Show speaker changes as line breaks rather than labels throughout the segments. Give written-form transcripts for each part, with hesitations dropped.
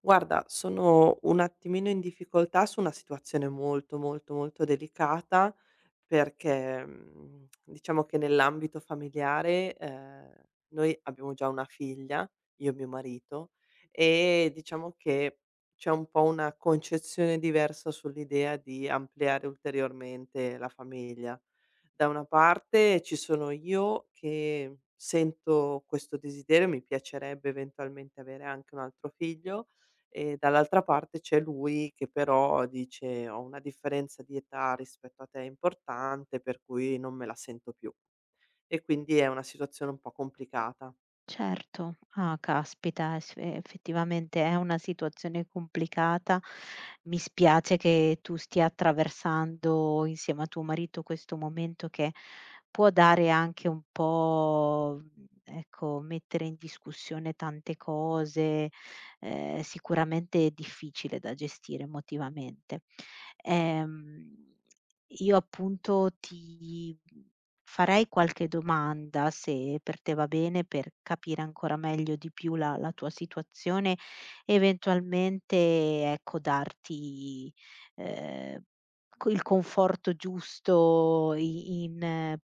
Guarda, sono un attimino in difficoltà su una situazione molto, molto, molto delicata perché, diciamo che nell'ambito familiare, noi abbiamo già una figlia, io e mio marito, e diciamo che c'è un po' una concezione diversa sull'idea di ampliare ulteriormente la famiglia. Da una parte ci sono io che sento questo desiderio, mi piacerebbe eventualmente avere anche un altro figlio, e dall'altra parte c'è lui che però dice: "Ho una differenza di età rispetto a te importante, per cui non me la sento più". E quindi è una situazione un po' complicata.
Certo. Ah, caspita, es effettivamente è una situazione complicata. Mi spiace che tu stia attraversando insieme a tuo marito questo momento che può dare anche un po', ecco, mettere in discussione tante cose, sicuramente è difficile da gestire emotivamente. Ehm, io appunto ti Farei qualche domanda, se per te va bene, per capire ancora meglio di più la tua situazione, eventualmente, ecco, darti, ehm, co il conforto giusto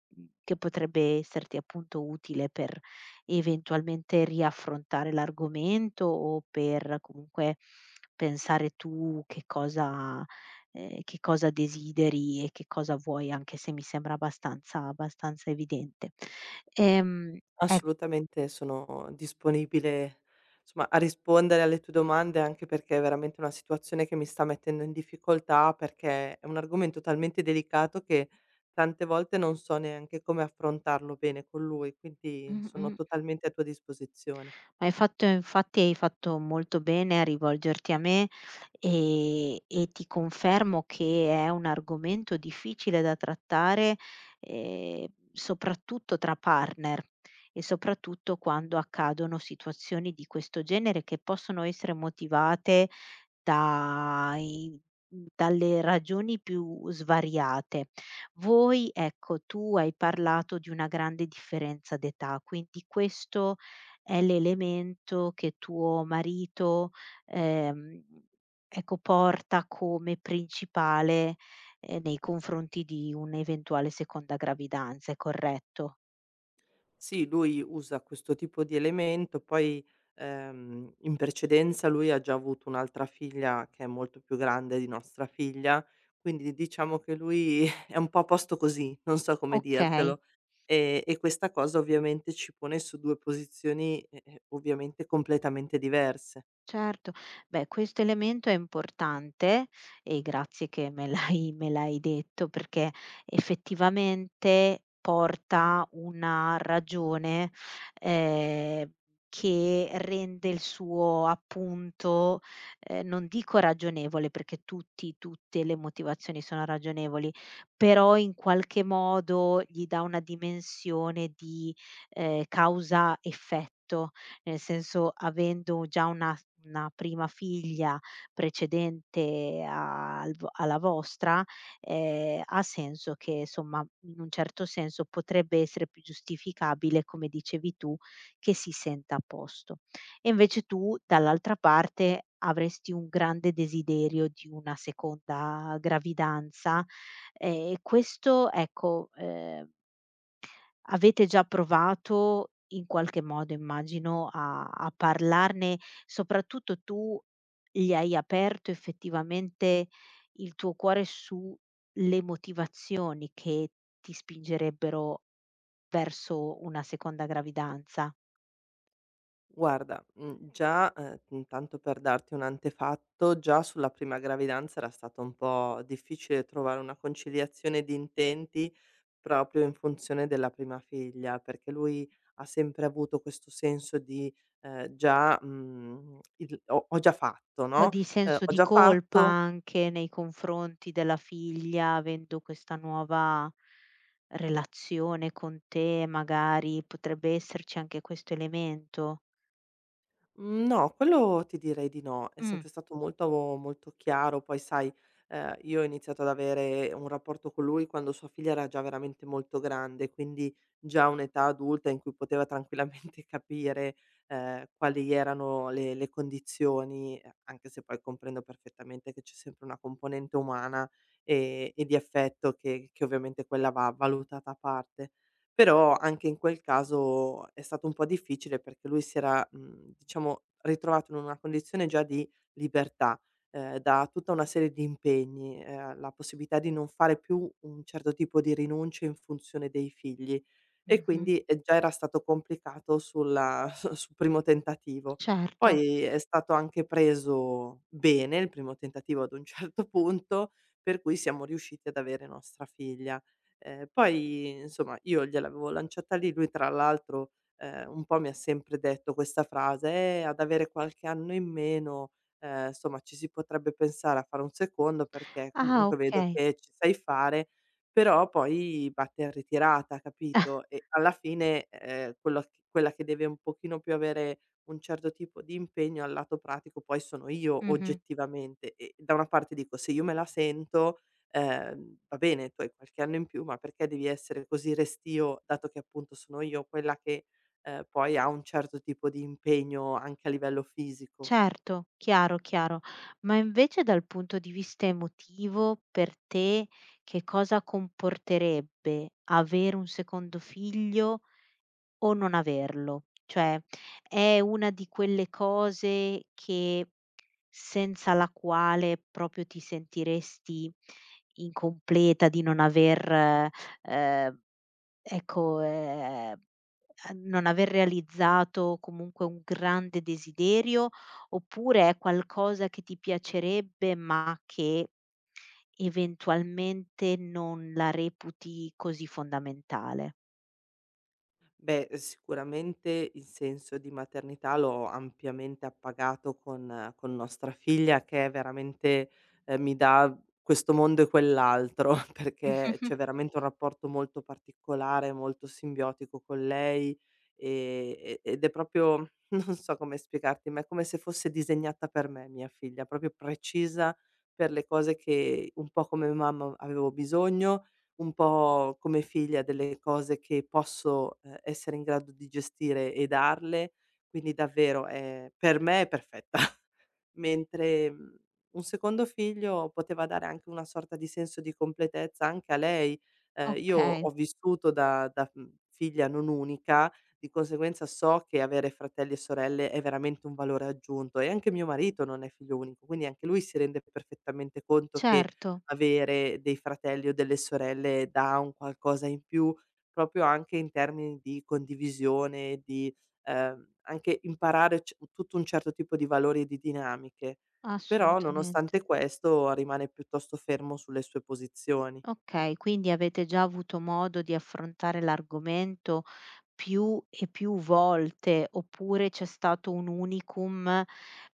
che potrebbe esserti appunto utile per eventualmente riaffrontare l'argomento o per comunque pensare tu che cosa desideri e che cosa vuoi, anche se mi sembra abbastanza evidente. Ehm, ec
Assolutamente sono disponibile, insomma, a rispondere alle tue domande, anche perché è veramente una situazione che mi sta mettendo in difficoltà, perché è un argomento talmente delicato che tante volte non so neanche come affrontarlo bene con lui, quindi sono
Mh-mh.
totalmente a tua disposizione.
Ma hai fatto molto bene a rivolgerti a me, e ti confermo che è un argomento difficile da trattare, soprattutto tra partner e soprattutto quando accadono situazioni di questo genere che possono essere motivate dai dalle ragioni più svariate. Tu hai parlato di una grande differenza d'età, quindi questo è l'elemento che tuo marito, ehm, ecco, porta come principale, nei confronti di un'eventuale seconda gravidanza, è corretto?
Sì, lui usa questo tipo di elemento, poi, in precedenza lui ha già avuto un'altra figlia che è molto più grande di nostra figlia, quindi diciamo che lui è un po' a posto così, non so come
Okay.
dirtelo. E questa cosa ovviamente ci pone su 2 posizioni, ovviamente completamente diverse.
Certo. Beh, questo elemento è importante e grazie che me l'hai detto, perché effettivamente porta una ragione, ehm, che rende il suo appunto, non dico ragionevole, perché tutti tutte le motivazioni sono ragionevoli, però in qualche modo gli dà una dimensione di, causa-effetto. Nel senso, avendo già una prima figlia precedente al v alla vostra, ha senso che insomma, in un certo senso, potrebbe essere più giustificabile, come dicevi tu, che si senta a posto. E invece tu, dall'altra parte, avresti un grande desiderio di una seconda gravidanza, ehm, e questo ecco, ehm Avete già provato in qualche modo, immagino, a parlarne? Soprattutto tu gli hai aperto effettivamente il tuo cuore sulle motivazioni che ti spingerebbero verso una seconda gravidanza?
Guarda, già intanto per darti un antefatto, già sulla prima gravidanza era stato un po' difficile trovare una conciliazione di intenti, proprio in funzione della prima figlia, perché lui ha sempre avuto questo senso di, già, il ho già fatto,
Un po'
no,
di senso
ho
di
già
colpa
fatto.
anche nei confronti della figlia, avendo questa nuova relazione con te, magari potrebbe esserci anche questo elemento?
Mhmm, no, quello ti direi di no. È
Mh.
sempre stato molto molto chiaro. Poi sai, io ho iniziato ad avere un rapporto con lui quando sua figlia era già veramente molto grande, quindi già un'età adulta in cui poteva tranquillamente capire, quali erano le condizioni, anche se poi comprendo perfettamente che c'è sempre una componente umana e di affetto che ovviamente quella va valutata a parte. Però anche in quel caso è stato un po' difficile perché lui si era, diciamo ritrovato in una condizione già di libertà, da tutta una serie di impegni, la possibilità di non fare più un certo tipo di rinunce in funzione dei figli e
Mh-mh.
quindi, già era stato complicato sulla su sul primo tentativo.
Certo.
Poi è stato anche preso bene il primo tentativo ad un certo punto, per cui siamo riusciti ad avere nostra figlia. Poi insomma io gliel'avevo lanciata lì, lui tra l'altro, un po' mi ha sempre detto questa frase: ad avere qualche anno in meno, insomma ci si potrebbe pensare a fare un secondo perché
Ah,
comunque vedo
okay.
che ci sai fare", però poi batte in ritirata, capito? E alla fine, quello c quella che deve un pochino più avere un certo tipo di impegno al lato pratico poi sono io
Mh-mh.
oggettivamente e da una parte dico: "Se io me la sento va bene tu hai qualche anno in più, ma perché devi essere così restio, dato che appunto sono io quella che, poi ha un certo tipo di impegno anche a livello fisico?
Certo, chiaro, chiaro. Ma invece dal punto di vista emotivo per te che cosa comporterebbe avere un secondo figlio o non averlo? Cioè, è una di quelle cose che senza la quale proprio ti sentiresti incompleta di non aver, ehm Ecco, a non aver realizzato comunque un grande desiderio, oppure è qualcosa che ti piacerebbe, ma che eventualmente non la reputi così fondamentale?
Beh, sicuramente il senso di maternità l'ho ampiamente appagato con nostra figlia che è veramente, mi dà questo mondo e quell'altro, perché c'è veramente un rapporto molto particolare, molto simbiotico con lei, ed è proprio non so come spiegarti, ma è come se fosse disegnata per me mia figlia, proprio precisa per le cose che un po' come mamma avevo bisogno, un po' come figlia delle cose che posso, essere in grado di gestire e darle, quindi davvero è perfetta. Mentre, un secondo figlio poteva dare anche una sorta di senso di completezza anche a lei. Io
Okay,
ho vissuto da figlia non unica, di conseguenza so che avere fratelli e sorelle è veramente un valore aggiunto e anche mio marito non è figlio unico, quindi anche lui si rende perfettamente conto che
certo,
avere dei fratelli o delle sorelle dà un qualcosa in più, proprio anche in termini di condivisione, di, anche imparare c tutto un certo tipo di valori e di dinamiche. Però
assolutamente.
nonostante questo rimane piuttosto fermo sulle sue posizioni.
Okay, quindi avete già avuto modo di affrontare l'argomento più e più volte, oppure c'è stato un unicum,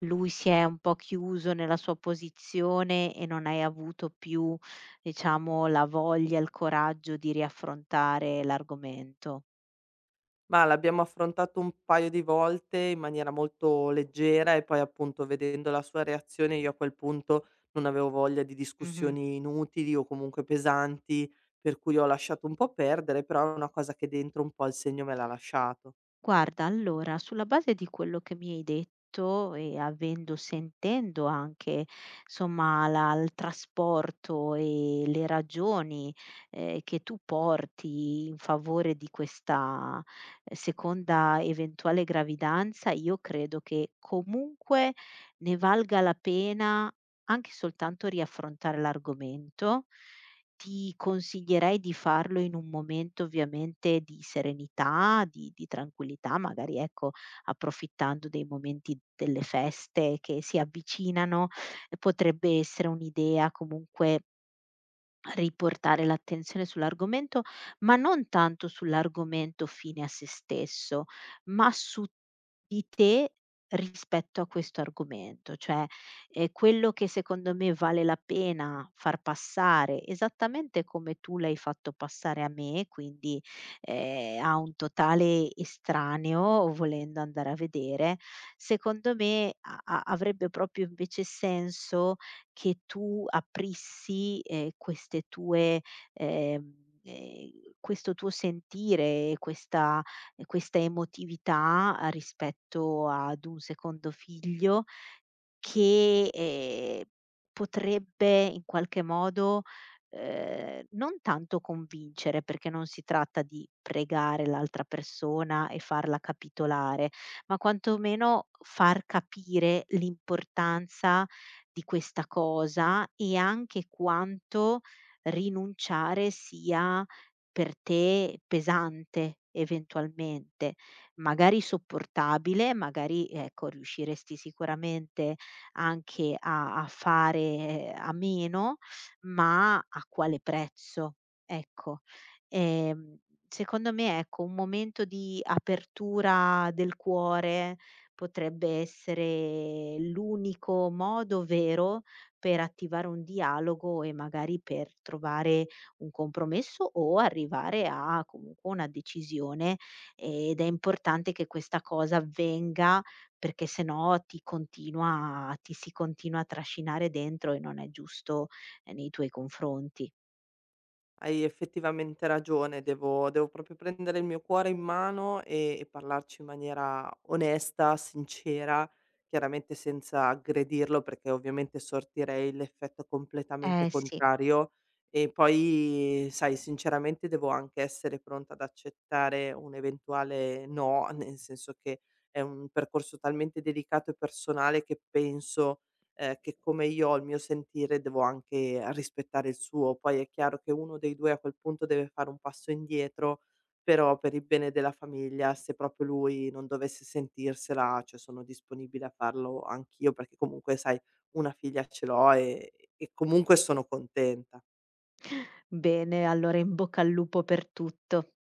lui si è un po' chiuso nella sua posizione e non hai avuto più, diciamo, la voglia, il coraggio di riaffrontare l'argomento?
Ma l'abbiamo affrontato un paio di volte in maniera molto leggera e poi appunto vedendo la sua reazione io a quel punto non avevo voglia di
Mh-mh.
discussioni inutili o comunque pesanti, per cui ho lasciato un po' perdere, però è una cosa che dentro un po' il segno me l'ha lasciato.
Guarda, allora, sulla base di quello che mi hai detto e avendo sentendo anche, somma, la il trasporto e le ragioni, che tu porti in favore di questa, seconda eventuale gravidanza, io credo che comunque ne valga la pena anche soltanto riaffrontare l'argomento, ti consiglierei di farlo in un momento ovviamente di serenità, di tranquillità, magari ecco, approfittando dei momenti delle feste che si avvicinano, potrebbe essere un'idea comunque riportare l'attenzione sull'argomento, ma non tanto sull'argomento fine a se stesso, ma su di te rispetto a questo argomento, cioè, quello che secondo me vale la pena far passare, esattamente come tu l'hai fatto passare a me, quindi, a un totale estraneo, volendo andare a vedere, secondo me a a avrebbe proprio invece senso che tu aprissi, queste tue ehm, ehm, questo tuo sentire, questa emotività, rispetto ad un secondo figlio, che, potrebbe in qualche modo, non tanto convincere, perché non si tratta di pregare l'altra persona e farla capitolare, ma quantomeno far capire l'importanza di questa cosa e anche quanto rinunciare sia per te pesante eventualmente. Magari sopportabile, magari, ecco, riusciresti sicuramente anche a fare a meno, ma a quale prezzo, ecco. Ehm, secondo me, ecco, un momento di apertura del cuore potrebbe essere l'unico modo vero per attivare un dialogo e magari per trovare un compromesso o arrivare a comunque una decisione, ed è importante che questa cosa avvenga perché se no ti si continua a trascinare dentro e non è giusto, nei tuoi confronti.
Hai effettivamente ragione, devo proprio prendere il mio cuore in mano, e parlarci in maniera onesta, sincera, chiaramente senza aggredirlo, perché ovviamente sortirei l'effetto completamente
Eh sì.
contrario. E poi, sai, sinceramente devo anche essere pronta ad accettare un eventuale no, nel senso che è un percorso talmente delicato e personale che penso che come io ho il mio sentire devo anche rispettare il suo. Poi è chiaro che uno dei 2 a quel punto deve fare un passo indietro, però per il bene della famiglia, se proprio lui non dovesse sentirsela, cioè sono disponibile a farlo anch'io, perché comunque sai una figlia ce l'ho e comunque sono contenta.
Bene, allora in bocca al lupo per tutto.